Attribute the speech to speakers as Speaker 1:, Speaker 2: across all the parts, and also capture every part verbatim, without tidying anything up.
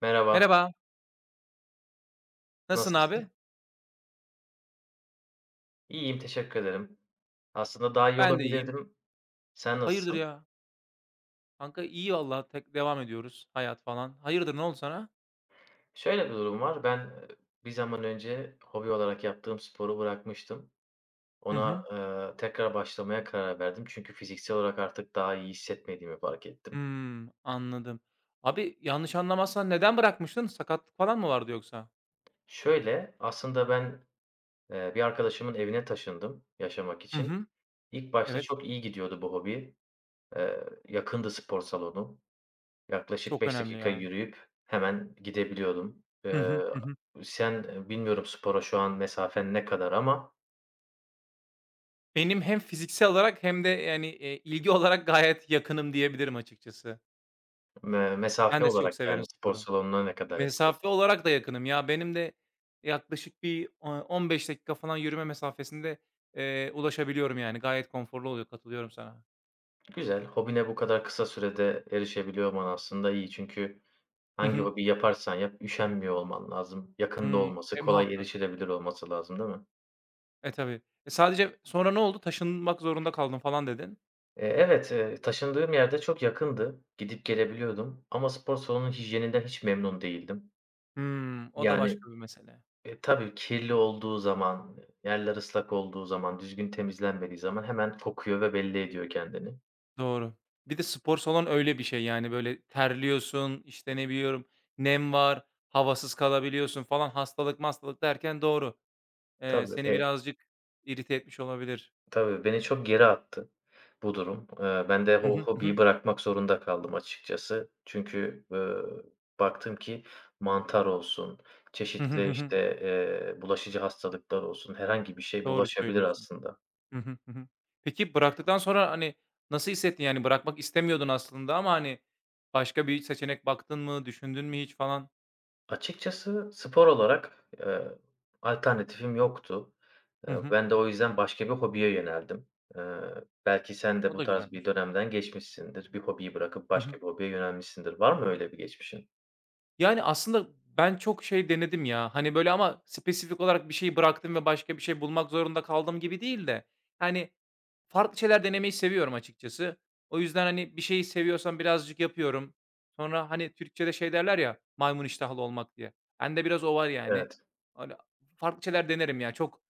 Speaker 1: Merhaba,
Speaker 2: Merhaba, nasılsın
Speaker 1: nasılsın?
Speaker 2: abi?
Speaker 1: İyiyim, teşekkür ederim. Aslında daha iyi
Speaker 2: Ben de iyiyim.
Speaker 1: olabilirdim. Sen
Speaker 2: Hayırdır
Speaker 1: nasılsın?
Speaker 2: ya? Kanka iyi vallahi tek devam ediyoruz hayat falan. Hayırdır ne oldu sana?
Speaker 1: Şöyle bir durum var. Ben, eee, bir zaman önce hobi olarak yaptığım sporu bırakmıştım.
Speaker 2: Hı
Speaker 1: Ona,
Speaker 2: hı.
Speaker 1: eee, tekrar başlamaya karar verdim. Çünkü fiziksel olarak artık daha iyi hissetmediğimi fark ettim.
Speaker 2: Hımm, anladım. Abi yanlış anlamazsan neden bırakmıştın? Sakatlık falan mı vardı yoksa?
Speaker 1: Şöyle, aslında ben, eee, bir arkadaşımın evine taşındım yaşamak
Speaker 2: Hı
Speaker 1: için.
Speaker 2: hı.
Speaker 1: İlk başta
Speaker 2: Evet.
Speaker 1: çok iyi gidiyordu bu hobi. Eee, yakındı spor salonu. Yaklaşık
Speaker 2: Çok
Speaker 1: beş
Speaker 2: önemli
Speaker 1: dakika
Speaker 2: ya.
Speaker 1: yürüyüp hemen gidebiliyordum.
Speaker 2: Hı
Speaker 1: Eee,
Speaker 2: hı. Hı hı.
Speaker 1: sen, eee, bilmiyorum spora şu an mesafen ne kadar ama
Speaker 2: Benim hem fiziksel olarak hem de yani, eee, ilgi olarak gayet yakınım diyebilirim açıkçası.
Speaker 1: me mesafe
Speaker 2: Ben de çok
Speaker 1: olarak, yani
Speaker 2: severim
Speaker 1: spor
Speaker 2: sporu.
Speaker 1: salonuna ne kadar
Speaker 2: Mesafe
Speaker 1: yakındasın?
Speaker 2: olarak da yakınım ya. Benim de yaklaşık bir o on beş dakika falan yürüme mesafesinde, eee, ulaşabiliyorum yani. Gayet konforlu oluyor, katılıyorum sana.
Speaker 1: Güzel, hobine bu kadar kısa sürede erişebiliyor olman aslında iyi. Çünkü
Speaker 2: Hı
Speaker 1: hangi
Speaker 2: hı.
Speaker 1: hobi yaparsan yap üşenmiyor olman lazım. Yakında
Speaker 2: Hımm.
Speaker 1: olması,
Speaker 2: E,
Speaker 1: kolay
Speaker 2: muhakkak.
Speaker 1: erişilebilir olması lazım, değil mi?
Speaker 2: E, tabii. E, sadece sonra ne oldu? "Taşınmak zorunda kaldım." falan dedin.
Speaker 1: Eee, evet, eee, taşındığım yerde çok yakındı. Gidip gelebiliyordum ama spor salonunun hijyeninden hiç memnun değildim.
Speaker 2: Hımm, o da
Speaker 1: Yani,
Speaker 2: başka bir mesele.
Speaker 1: E, tabii kirli olduğu zaman, yerler ıslak olduğu zaman, düzgün temizlenmediği zaman hemen kokuyor ve belli ediyor kendini.
Speaker 2: Doğru. Bir de spor salonu öyle bir şey yani, böyle, terliyorsun, işte, ne biliyorum, nem var, havasız kalabiliyorsun falan, hastalık mastalık derken doğru. Eee,
Speaker 1: Tabii,
Speaker 2: seni
Speaker 1: e,
Speaker 2: birazcık irite etmiş olabilir.
Speaker 1: tabii beni çok geri attı bu durum. Eee, ben de
Speaker 2: Hı.
Speaker 1: o
Speaker 2: Hı
Speaker 1: hobiyi
Speaker 2: hı.
Speaker 1: bırakmak zorunda kaldım açıkçası. Çünkü, eee, baktım ki mantar olsun,
Speaker 2: Hı hı.
Speaker 1: çeşitli,
Speaker 2: Hı hı.
Speaker 1: işte, eee, bulaşıcı hastalıklar olsun, herhangi bir şey
Speaker 2: Doğru
Speaker 1: bulaşabilir
Speaker 2: söylüyorsun.
Speaker 1: aslında.
Speaker 2: Hı hı, hı hı. Peki bıraktıktan sonra, hani, nasıl hissettin? Yani bırakmak istemiyordun aslında ama, hani, başka bir seçenek baktın mı, düşündün mü hiç falan?
Speaker 1: Açıkçası spor olarak, eee, alternatifim yoktu.
Speaker 2: Hı
Speaker 1: Eee,
Speaker 2: hı.
Speaker 1: ben de o yüzden başka bir hobiye yöneldim. Eee, Belki sen de
Speaker 2: O
Speaker 1: bu
Speaker 2: da
Speaker 1: tarz bir
Speaker 2: güzelmiş.
Speaker 1: dönemden geçmişsindir. Bir hobiyi bırakıp
Speaker 2: Hı
Speaker 1: başka
Speaker 2: hı.
Speaker 1: bir hobiye yönelmişsindir. Var mı öyle bir geçmişin?
Speaker 2: Yani aslında ben çok şey denedim ya, hani, böyle ama spesifik olarak bir şey bıraktım ve başka bir şey bulmak zorunda kaldım gibi değil de, hani, farklı şeyler denemeyi seviyorum açıkçası. O yüzden, hani, bir şeyi seviyorsam birazcık yapıyorum. Sonra, hani, Türkçede şey derler ya, maymun iştahlı olmak diye. Bende biraz o var yani.
Speaker 1: Evet.
Speaker 2: Hani, farklı şeyler denerim ya. Çok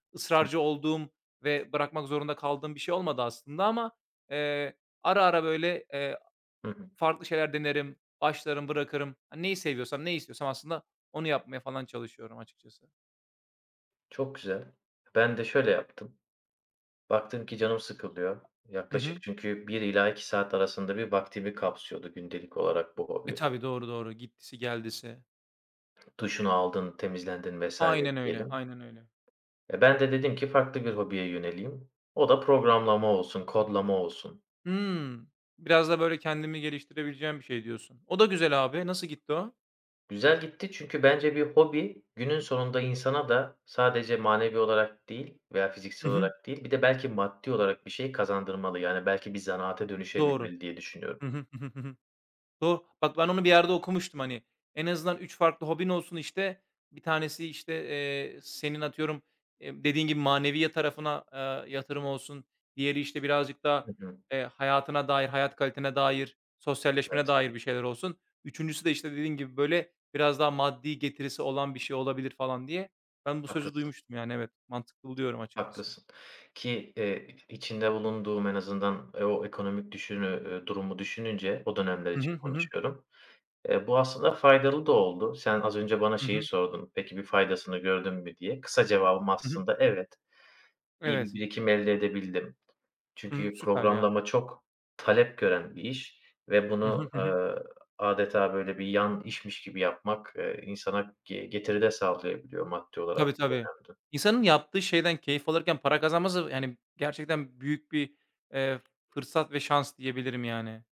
Speaker 1: Hı
Speaker 2: ısrarcı olduğum ve bırakmak zorunda kaldığım bir şey olmadı aslında ama, eee, ara ara, böyle, eee,
Speaker 1: hı. Hı.
Speaker 2: farklı şeyler denerim, başlarım, bırakırım. Hani, neyi seviyorsam, neyi istiyorsam aslında onu yapmaya falan çalışıyorum açıkçası.
Speaker 1: Çok güzel. Ben de şöyle yaptım. Baktım ki canım sıkılıyor.
Speaker 2: Hı hı.
Speaker 1: Yaklaşık çünkü bir ila iki saat arasında bir vaktimi kapsıyordu gündelik olarak bu
Speaker 2: E,
Speaker 1: hobi.
Speaker 2: tabii, doğru, doğru. Gittisi geldisi.
Speaker 1: Duşunu aldın, temizlendin vesaire
Speaker 2: Aynen öyle,
Speaker 1: diyelim.
Speaker 2: aynen öyle.
Speaker 1: E, ben de dedim ki farklı bir hobiye yöneleyim. O da programlama olsun, kodlama olsun.
Speaker 2: Hımm. Biraz da böyle kendimi geliştirebileceğim bir şey diyorsun. O da güzel abi. Nasıl gitti o?
Speaker 1: Güzel gitti çünkü bence bir hobi günün sonunda insana da sadece manevi olarak değil veya fiziksel
Speaker 2: Hı hı.
Speaker 1: olarak değil, bir de belki maddi olarak bir şey kazandırmalı. Yani belki bir zanaate
Speaker 2: Doğru.
Speaker 1: dönüşebilmeli diye düşünüyorum.
Speaker 2: Hı hı. Hı hı. Hı hı. Doğ Bak, ben onu bir yerde okumuştum, hani, en azından üç farklı hobin olsun, işte, bir tanesi, işte, eee, senin atıyorum, eee, dediğin gibi maneviye tarafına, eee, yatırım olsun. Diğeri, işte, birazcık daha,
Speaker 1: Hı hı.
Speaker 2: eee, hayatına dair, hayat kalitene dair, sosyalleşmene
Speaker 1: Evet,
Speaker 2: dair bir şeyler olsun. Üçüncüsü de, işte, dediğin gibi, böyle, biraz daha maddi getirisi olan bir şey olabilir falan diye. Ben bu sözü
Speaker 1: haklısın,
Speaker 2: duymuştum, yani, evet. Mantıklı buluyorum açıkçası.
Speaker 1: haklısın ki, eee, içinde bulunduğum en azından, eee, o ekonomik düşünü eee, durumu düşününce o dönemler
Speaker 2: Hı hı.
Speaker 1: için
Speaker 2: Hı hı.
Speaker 1: konuşuyorum. Eee, bu aslında faydalı da oldu. Sen az önce bana
Speaker 2: Hı
Speaker 1: şeyi
Speaker 2: hı.
Speaker 1: sordun, "Peki, bir faydasını gördün mü?" diye. Kısa cevabım
Speaker 2: Hı hı.
Speaker 1: aslında evet. İyi bir
Speaker 2: Evet.
Speaker 1: birikim elde edebildim.
Speaker 2: Hı hı.
Speaker 1: Çünkü
Speaker 2: Süper ya.
Speaker 1: programlama çok talep gören bir iş ve
Speaker 2: Hı. Hı
Speaker 1: bunu,
Speaker 2: hı.
Speaker 1: eee, adeta böyle bir yan işmiş gibi yapmak, eee, insana ge getiri de sağlayabiliyor maddi olarak
Speaker 2: Tabii,
Speaker 1: bu
Speaker 2: tabii.
Speaker 1: dönemde.
Speaker 2: İnsanın yaptığı şeyden keyif alırken para kazanması, yani, gerçekten büyük bir, eee, fırsat ve şans diyebilirim yani.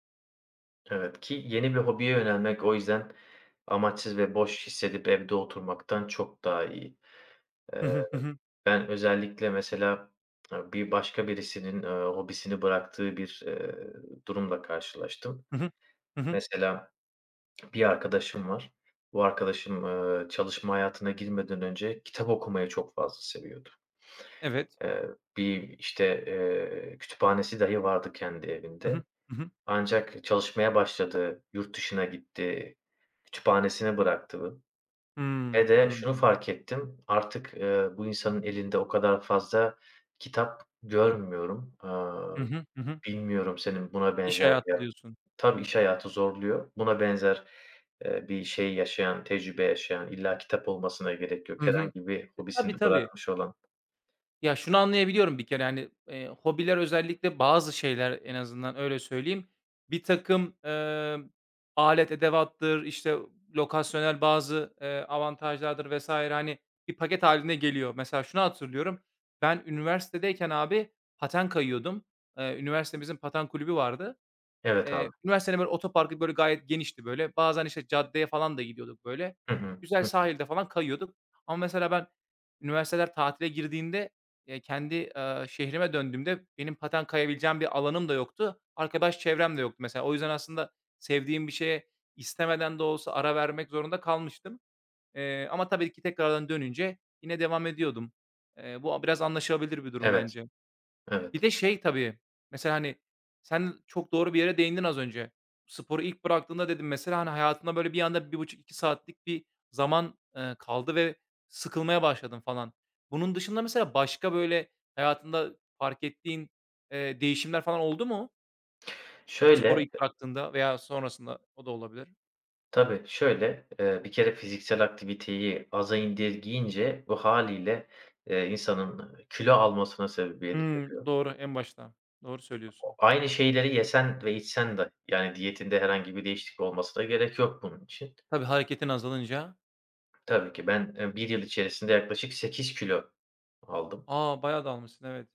Speaker 1: Evet, ki yeni bir hobiye yönelmek o yüzden amaçsız ve boş hissedip evde oturmaktan çok daha iyi.
Speaker 2: Hı hı. Hı hı.
Speaker 1: Ben özellikle mesela, eee, bir başka birisinin, eee, hobisini bıraktığı bir, eee, durumla karşılaştım.
Speaker 2: Hı hı. Hı hı.
Speaker 1: Mesela bir arkadaşım var. Bu arkadaşım, eee, çalışma hayatına girmeden önce kitap okumayı çok fazla seviyordu.
Speaker 2: Evet.
Speaker 1: Eee, Bir, işte, eee, kütüphanesi dahi vardı kendi
Speaker 2: Hı
Speaker 1: evinde.
Speaker 2: hı. Hı hı.
Speaker 1: Ancak çalışmaya başladı, yurt dışına gitti, kütüphanesini bıraktı. Ve
Speaker 2: Hımm,
Speaker 1: de şunu
Speaker 2: anladım.
Speaker 1: fark ettim, artık, eee, bu insanın elinde o kadar fazla kitap görmüyorum. Aaa,
Speaker 2: Hı hı. Hı hı.
Speaker 1: bilmiyorum senin buna
Speaker 2: İş
Speaker 1: benzer bir
Speaker 2: hayatı
Speaker 1: yer...
Speaker 2: diyorsun.
Speaker 1: Tabii iş hayatı zorluyor. Buna benzer, eee, bir şey yaşayan, tecrübe yaşayan, illa kitap olmasına gerek yok.
Speaker 2: Hı hı.
Speaker 1: Herhangi bir
Speaker 2: E,
Speaker 1: hobisini
Speaker 2: tabii, tabii.
Speaker 1: bırakmış olan...
Speaker 2: Ya, şunu anlayabiliyorum bir kere, yani eee, hobiler özellikle bazı şeyler en azından öyle söyleyeyim, birtakım, emm, alet edevattır, işte, lokasyonel bazı, eee, avantajlardır vesaire hani, bir paket hâline geliyor. Mesela şunu hatırlıyorum, ben üniversitedeyken abi paten kayıyordum. Eee, üniversitemizin paten kulübü vardı.
Speaker 1: Evet abi.
Speaker 2: Eee, üniversitenin böyle otoparkı böyle gayet genişti böyle. Bazen, işte, caddeye falan da gidiyorduk böyle.
Speaker 1: Hı hı.
Speaker 2: Güzel
Speaker 1: Hı hı.
Speaker 2: sahilde falan kayıyorduk. Ama mesela ben üniversiteler tatile girdiğinde, eee, kendi, eee, şehrime döndüğümde benim paten kayabileceğim bir alanım da yoktu. Arkadaş çevrem de yoktu mesela. O yüzden aslında sevdiğim bir şeye istemeden de olsa ara vermek zorunda kalmıştım. Eee, ama tabii ki tekrardan dönünce yine devam ediyordum. Eee, bu biraz anlaşılabilir bir durum
Speaker 1: Evet,
Speaker 2: bence. Bir
Speaker 1: evet.
Speaker 2: de şey tabii, mesela, hani, sen çok doğru bir yere değindin az önce. Sporu ilk bıraktığında dedim mesela, hani, hayatında böyle bir anda bir buçuk iki saatlik bir zaman, eee, kaldı ve sıkılmaya başladın falan. Bunun dışında mesela başka böyle hayatında fark ettiğin, eee, değişimler falan oldu mu? Sporu
Speaker 1: Şöyle...
Speaker 2: ilk bıraktığında veya sonrasında o da olabilir.
Speaker 1: Tabii, şöyle, eee, bir kere fiziksel aktiviteyi aza indirgeyince bu hâliyle, eee, insanın kilo almasına sebebiyet
Speaker 2: Hımm,
Speaker 1: veriyor.
Speaker 2: doğru, en başta. Doğru söylüyorsun.
Speaker 1: Aynı şeyleri yesen ve içsen de, yani, diyetinde herhangi bir değişiklik olmasına gerek yok bunun için.
Speaker 2: Tabii hareketin azalınca.
Speaker 1: Tabii ki ben, eee, bir yıl içerisinde yaklaşık sekiz kilo aldım.
Speaker 2: A, bayağı dağılmışsın, evet.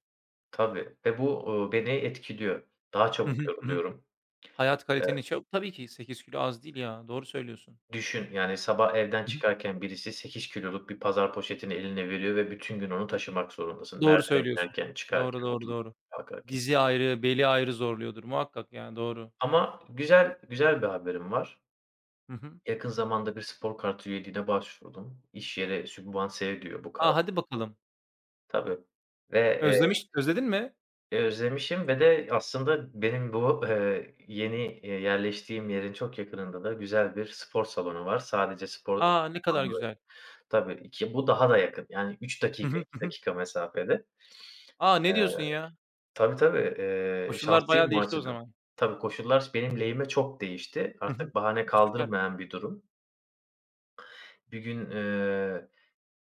Speaker 1: Tabii ve bu, uuu, beni etkiliyor. Daha
Speaker 2: Hı
Speaker 1: çabuk
Speaker 2: hı. Hı hı.
Speaker 1: yoruluyorum.
Speaker 2: Hayat
Speaker 1: Eee,
Speaker 2: kaliteni çok. Tabii ki sekiz kilo az değil ya, doğru söylüyorsun.
Speaker 1: Düşün, yani, sabah evden
Speaker 2: Hı hı.
Speaker 1: çıkarken birisi sekiz kiloluk bir pazar poşetini eline veriyor ve bütün gün onu taşımak zorundasın.
Speaker 2: Doğru
Speaker 1: Merdiven
Speaker 2: söylüyorsun.
Speaker 1: inerken,
Speaker 2: Doğru,
Speaker 1: çıkarken,
Speaker 2: doğru,
Speaker 1: oturup
Speaker 2: doğru.
Speaker 1: kalkarken.
Speaker 2: Dizi ayrı, beli ayrı zorluyordur muhakkak yani doğru.
Speaker 1: Ama güzel güzel bir haberim var.
Speaker 2: Hı hı.
Speaker 1: Yakın zamanda bir spor kartı üyeliğine başvurdum. İş yeri sübvanse ediyor bu
Speaker 2: A,
Speaker 1: kartı.
Speaker 2: hadi bakalım.
Speaker 1: Tabii ve, eee,
Speaker 2: Özlemiş özledin mi?
Speaker 1: e, özlemişim ve de aslında benim bu, eee, yeni, eee, yerleştiğim yerin çok yakınında da güzel bir spor salonu var. Sadece spor
Speaker 2: A, ne kadar
Speaker 1: ekipmanları...
Speaker 2: güzel.
Speaker 1: Tabii, iki bu daha da yakın. Yani üç
Speaker 2: Hı
Speaker 1: dakika,
Speaker 2: hı,
Speaker 1: iki
Speaker 2: hı hı.
Speaker 1: dakika mesafede.
Speaker 2: A, ne
Speaker 1: Eee,
Speaker 2: diyorsun ya?
Speaker 1: tabii, tabii, eee,
Speaker 2: Koşullar
Speaker 1: şanslıyım
Speaker 2: bayağı
Speaker 1: o
Speaker 2: değişti o
Speaker 1: açıdan.
Speaker 2: zaman.
Speaker 1: Tabii, koşullar benim lehime çok değişti.
Speaker 2: Hı hı.
Speaker 1: Artık bahane
Speaker 2: Süper.
Speaker 1: kaldırmayan bir durum. Bir gün, eee,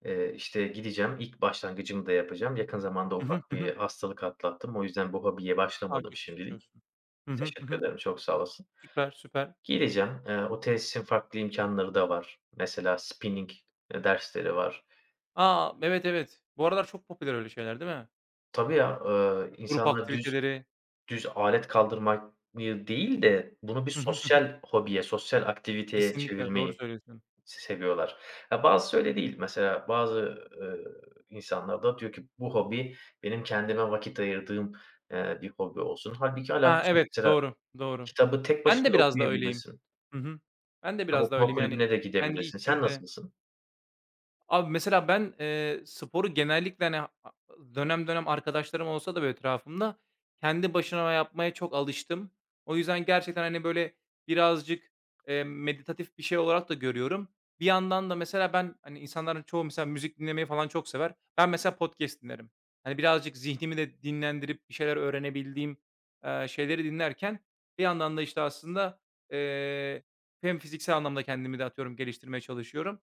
Speaker 1: eee, işte, gideceğim, ilk başlangıcımı da yapacağım. Yakın zamanda
Speaker 2: Hı hı,
Speaker 1: ufak
Speaker 2: hı hı.
Speaker 1: bir hastalık atlattım. O yüzden bu hobiye
Speaker 2: A,
Speaker 1: başlamadım
Speaker 2: çok geçmiş
Speaker 1: şimdilik.
Speaker 2: olsun. Hı hı, hı
Speaker 1: Teşekkür
Speaker 2: hı.
Speaker 1: ederim, çok sağ olasın.
Speaker 2: Süper, süper.
Speaker 1: Giyineceğim. Eee, o tesisin farklı imkanları da var. Mesela spinning dersleri var.
Speaker 2: A, evet, evet. Bu aralar çok popüler öyle şeyler değil mi?
Speaker 1: Tabii ya, eee,
Speaker 2: Grup
Speaker 1: insanlar düz
Speaker 2: aktiviteleri.
Speaker 1: düz alet kaldırmayı değil de bunu bir
Speaker 2: Hı hı, hı hı.
Speaker 1: sosyal hobiye, sosyal aktiviteye
Speaker 2: Kesinlikle doğru
Speaker 1: çevirmeyi
Speaker 2: söylüyorsun.
Speaker 1: se seviyorlar. Ya, bazısı öyle değil. Mesela bazı, eee, insanlar da diyor ki, "Bu hobi benim kendime vakit ayırdığım, eee, bir hobi olsun." Halbuki
Speaker 2: Ha,
Speaker 1: alakası yok.
Speaker 2: evet,
Speaker 1: Mesela
Speaker 2: doğru, doğru.
Speaker 1: kitabı tek
Speaker 2: Ben
Speaker 1: başına
Speaker 2: de
Speaker 1: da
Speaker 2: biraz da öyleyim.
Speaker 1: okuyabilirsin.
Speaker 2: Hı hı. Ben de
Speaker 1: Kitap
Speaker 2: biraz da
Speaker 1: okuma
Speaker 2: öyleyim, yani,
Speaker 1: kulübüne de
Speaker 2: kendi
Speaker 1: gidebilirsin. Sen
Speaker 2: içimde.
Speaker 1: nasılsın?
Speaker 2: Abi, mesela ben, eee, sporu genellikle, hani, a dönem dönem arkadaşlarım olsa da böyle etrafımda kendi başına yapmaya çok alıştım. O yüzden gerçekten, hani, böyle birazcık, eee, meditatif bir şey olarak da görüyorum. Bir yandan da mesela ben, hani, insanların çoğu mesela müzik dinlemeyi falan çok sever. Ben mesela podcast dinlerim. Hani, birazcık zihnimi de dinlendirip bir şeyler öğrenebildiğim, eee, şeyleri dinlerken bir yandan da, işte, aslında, eee, hem fiziksel anlamda kendimi de atıyorum geliştirmeye çalışıyorum.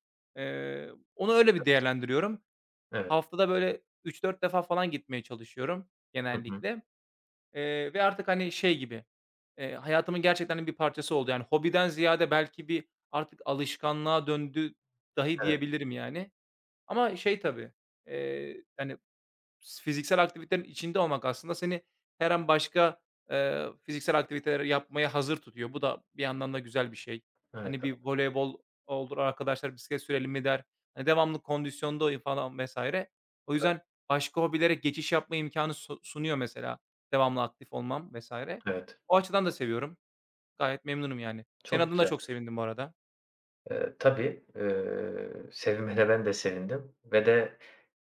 Speaker 2: Onu öyle bir değerlendiriyorum.
Speaker 1: Evet.
Speaker 2: Haftada böyle üç dört defa falan gitmeye çalışıyorum
Speaker 1: Hı hı.
Speaker 2: genellikle, eee, ve artık, hani, şey gibi, eee, hayatımın gerçekten de bir parçası oldu. Yani hobiden ziyade belki bir artık alışkanlığa döndü dahi
Speaker 1: Evet,
Speaker 2: diyebilirim yani. Ama şey tabii, eee, hani, fiziksel aktivitelerin içinde olmak aslında seni her an başka, eee, fiziksel aktiviteler yapmaya hazır tutuyor. Bu da bir yandan da güzel bir şey.
Speaker 1: evet,
Speaker 2: Hani, bir voleybol olur, arkadaşlar bisiklet sürelim mi der. Hani, devamlı kondisyondayım falan vesaire. O
Speaker 1: hatta
Speaker 2: yüzden başka hobilere geçiş yapma imkanı su sunuyor mesela devamlı aktif olmam vesaire.
Speaker 1: evet.
Speaker 2: O açıdan da seviyorum. Gayet memnunum yani. Senin
Speaker 1: Çok
Speaker 2: adına da
Speaker 1: güzel.
Speaker 2: çok sevindim bu arada.
Speaker 1: Eee, tabii, eee, sevinmene ben de sevindim ve de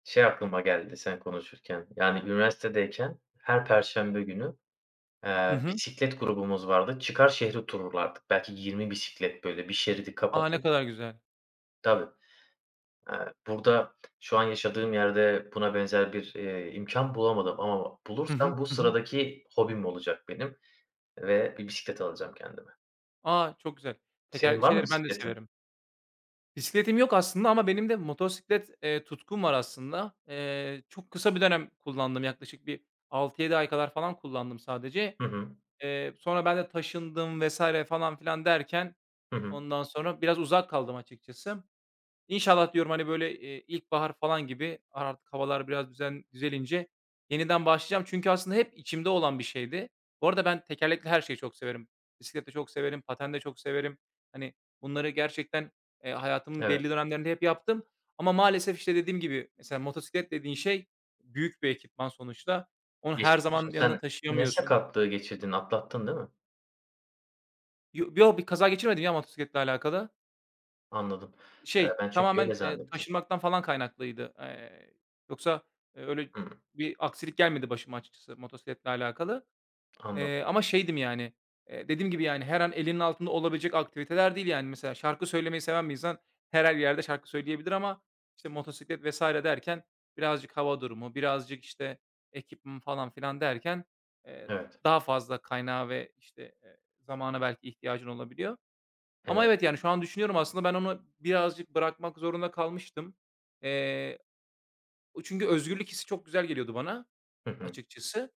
Speaker 1: şey aklıma geldi sen konuşurken, yani üniversitedeyken her perşembe günü,
Speaker 2: Hı
Speaker 1: eee,
Speaker 2: hı.
Speaker 1: bisiklet grubumuz vardı. Çıkar şehri turlardık. Belki yirmi bisiklet böyle bir şeridi
Speaker 2: A, ne
Speaker 1: kapatıp...
Speaker 2: kadar güzel.
Speaker 1: Tabii. Eee, burada şu an yaşadığım yerde buna benzer bir, eee, imkân bulamadım ama
Speaker 2: Hı hı.
Speaker 1: bulursam bu
Speaker 2: Hı hı.
Speaker 1: sıradaki hobim olacak benim ve bir bisiklet alacağım kendime.
Speaker 2: A, çok güzel.
Speaker 1: Senin
Speaker 2: Tekerlekli
Speaker 1: var mı
Speaker 2: şeyleri ben de
Speaker 1: bisikletin?
Speaker 2: severim. Bisikletim yok aslında ama benim de motosiklet, eee, tutkum var aslında. Eee, çok kısa bir dönem kullandım. Yaklaşık bir altı yedi ay kadar falan kullandım sadece.
Speaker 1: Hı hı.
Speaker 2: Eee, sonra ben de taşındım vesaire falan filan derken
Speaker 1: Hı hı.
Speaker 2: ondan sonra biraz uzak kaldım açıkçası. İnşallah diyorum, hani, böyle, eee, ilkbahar falan gibi artık havalar biraz düzen düzelince yeniden başlayacağım. Çünkü aslında hep içimde olan bir şeydi. Bu arada ben tekerlekli her şeyi çok severim. Bisikleti çok severim, paten de çok severim. Hani, bunları gerçekten, eee, hayatımın
Speaker 1: Evet.
Speaker 2: belli dönemlerinde hep yaptım ama maalesef, işte, dediğim gibi, mesela motosiklet dediğin şey büyük bir ekipman sonuçta. Onu
Speaker 1: Geçmiş
Speaker 2: her zaman
Speaker 1: olsun.
Speaker 2: yanında
Speaker 1: Sen ne
Speaker 2: taşıyamıyorsun.
Speaker 1: sakatlığı geçirdin, atlattın değil mi?
Speaker 2: Yo yok, bir kaza geçirmedim ya motosikletle alakalı.
Speaker 1: Anladım. Eee,
Speaker 2: Şey,
Speaker 1: ben çünkü öyle
Speaker 2: tamamen, eee,
Speaker 1: zannettim.
Speaker 2: taşınmaktan falan kaynaklıydı. Eee, yoksa, eee, öyle
Speaker 1: Hıı.
Speaker 2: bir aksilik gelmedi başıma açıkçası motosikletle alakalı.
Speaker 1: Anladım.
Speaker 2: Eee, ama şeydim yani, eee, dediğim gibi, yani, her an elinin altında olabilecek aktiviteler değil, yani. Mesela şarkı söylemeyi seven bir insan her her yerde şarkı söyleyebilir ama, işte, motosiklet vesaire derken birazcık hava durumu, birazcık, işte, ekipman falan filan derken, eee,
Speaker 1: Evet.
Speaker 2: daha fazla kaynağa ve, işte, eee, zamana belki ihtiyacın olabiliyor. Ama
Speaker 1: Evet.
Speaker 2: evet, yani, şu an düşünüyorum aslında ben onu birazcık bırakmak zorunda kalmıştım. Eee, Çünkü özgürlük hissi çok güzel geliyordu bana
Speaker 1: Hı hı.
Speaker 2: açıkçası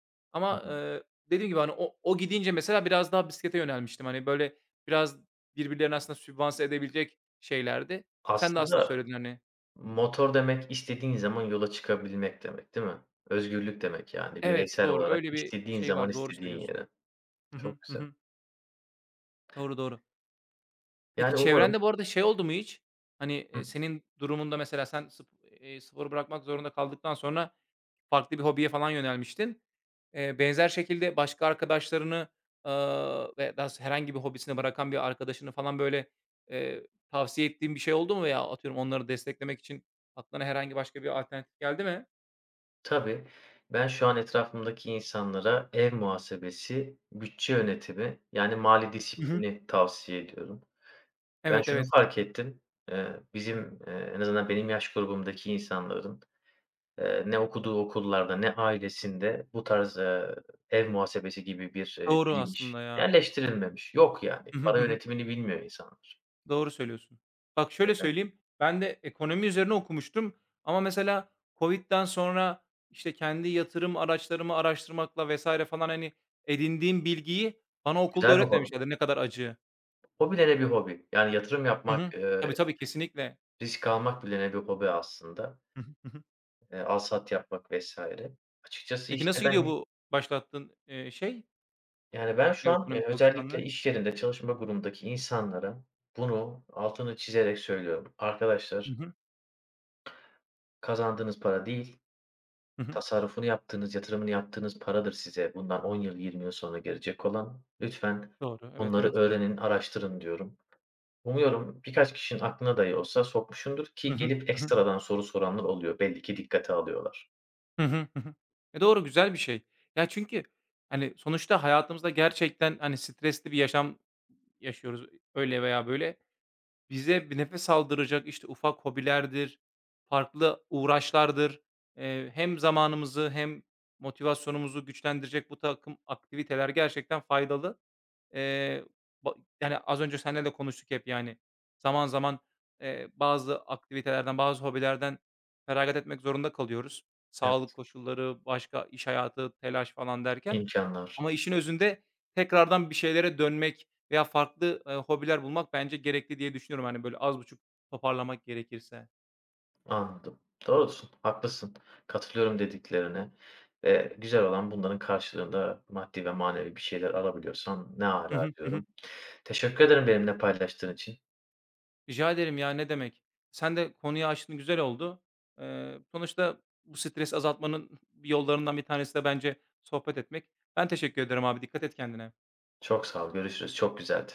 Speaker 1: Hı
Speaker 2: ama,
Speaker 1: hı.
Speaker 2: eee, dediğim gibi, hani, o o gidince mesela biraz daha bisiklete yönelmiştim. Hani, böyle, biraz birbirlerini aslında sübvanse edebilecek şeylerdi. Sen de aslında
Speaker 1: Aslında
Speaker 2: söyledin, hani.
Speaker 1: motor demek istediğin zaman yola çıkabilmek demek, değil mi? Özgürlük demek, yani
Speaker 2: Evet,
Speaker 1: bireysel
Speaker 2: doğru.
Speaker 1: olarak
Speaker 2: Öyle bir
Speaker 1: istediğin
Speaker 2: şey
Speaker 1: zaman
Speaker 2: var, doğru
Speaker 1: istediğin
Speaker 2: söylüyorsun.
Speaker 1: yere.
Speaker 2: Hı hı,
Speaker 1: Çok
Speaker 2: hı
Speaker 1: güzel.
Speaker 2: hı. Doğru, doğru. Peki
Speaker 1: Yani umarım...
Speaker 2: çevrende bu arada şey oldu mu hiç? Hani, eee,
Speaker 1: Hı.
Speaker 2: senin durumunda mesela sen sp eee, sporu bırakmak zorunda kaldıktan sonra farklı bir hobiye falan yönelmiştin. Eee, benzer şekilde başka arkadaşlarını, ııı, ve daha s herhangi bir hobisini bırakan bir arkadaşını falan, böyle, eee, tavsiye ettiğin bir şey oldu mu veya atıyorum onları desteklemek için aklına herhangi başka bir alternatif geldi mi?
Speaker 1: Tabii. Ben şu an etrafımdaki insanlara ev muhasebesi, bütçe yönetimi, yani mali
Speaker 2: Hı hı.
Speaker 1: disiplini tavsiye ediyorum. Ben
Speaker 2: Evet,
Speaker 1: şunu
Speaker 2: evet.
Speaker 1: fark ettim. Eee, bizim, eee, en azından benim yaş grubumdaki insanların, eee, ne okuduğu okullarda ne ailesinde bu tarz, eee, ev muhasebesi gibi bir, eee,
Speaker 2: Doğru aslında
Speaker 1: bilinç
Speaker 2: ya.
Speaker 1: yerleştirilmemiş. Yok yani. Para yönetimini bilmiyor insanlar.
Speaker 2: Doğru söylüyorsun. Bak şöyle söyleyeyim, ben de ekonomi üzerine okumuştum ama mesela covid'den sonra, işte, kendi yatırım araçlarımı araştırmakla vesaire falan, hani, edindiğim bilgiyi bana okulda
Speaker 1: Güzel bir hobi.
Speaker 2: öğretmemişlerdi ne kadar acı.
Speaker 1: Hobi de ne bir hobi. Yani yatırım
Speaker 2: Hı hı.
Speaker 1: yapmak, eee,
Speaker 2: Tabii, tabii, kesinlikle.
Speaker 1: risk almak bile ne bir hobi aslında.
Speaker 2: Hı hı. Hı hı.
Speaker 1: Eee, alsat yapmak vesaire. Açıkçası,
Speaker 2: Peki
Speaker 1: işte,
Speaker 2: nasıl gidiyor
Speaker 1: ben...
Speaker 2: bu başlattığın, eee, şey,
Speaker 1: Yani, ben şu
Speaker 2: ev
Speaker 1: an, eee,
Speaker 2: ekonomisi alışkanlığı?
Speaker 1: özellikle iş yerinde çalışma grubundaki insanlara bunu altını çizerek söylüyorum.
Speaker 2: Hı
Speaker 1: Arkadaşlar,
Speaker 2: hı.
Speaker 1: kazandığınız para değil,
Speaker 2: Hı hı.
Speaker 1: tasarrufunu yaptığınız, yatırımını yaptığınız paradır size bundan on yıl, yirmi yıl sonra gelecek olan. Lütfen
Speaker 2: Doğru. Evet,
Speaker 1: bunları
Speaker 2: evet.
Speaker 1: öğrenin, araştırın diyorum. Umuyorum birkaç kişinin aklına dahi olsa sokmuşumdur
Speaker 2: Hı
Speaker 1: ki
Speaker 2: hı.
Speaker 1: gelip
Speaker 2: Hı hı.
Speaker 1: ekstradan soru soranlar oluyor. Belli ki dikkate alıyorlar.
Speaker 2: Hı hı. Hı hı. E, doğru, güzel bir şey. Ya, çünkü, hani, sonuçta hayatımızda gerçekten, hani, stresli bir yaşam yaşıyoruz öyle veya böyle. Bize bir nefes aldıracak, işte, ufak hobilerdir, farklı uğraşlardır, eee, hem zamanımızı hem motivasyonumuzu güçlendirecek bu takım aktiviteler gerçekten faydalı. Eee, ba yani, az önce seninle de konuştuk hep, yani, zaman zaman, eee, bazı aktivitelerden, bazı hobilerden feragat etmek zorunda kalıyoruz. Sağlık
Speaker 1: Evet,
Speaker 2: koşulları, başka iş hayatı, telaş falan derken.
Speaker 1: imkânlar.
Speaker 2: Ama işin özünde tekrardan bir şeylere dönmek veya farklı, eee, hobiler bulmak bence gerekli diye düşünüyorum, hani, böyle, az buçuk toparlamak gerekirse.
Speaker 1: Anladım. Doğrusun, haklısın. Katılıyorum dediklerine. Eee, güzel olan, bunların karşılığında maddi ve manevi bir şeyler alabiliyorsan ne
Speaker 2: Hı
Speaker 1: ala
Speaker 2: hı, hı hı.
Speaker 1: diyorum. Teşekkür ederim benimle paylaştığın için.
Speaker 2: Rica ederim ya, ne demek. Sen de konuyu açtın, güzel oldu. Eee, sonuçta bu stresi azaltmanın yollarından bir tanesi de bence sohbet etmek. Ben teşekkür ederim abi, dikkat et kendine.
Speaker 1: Çok sağ ol, görüşürüz. Çok güzeldi.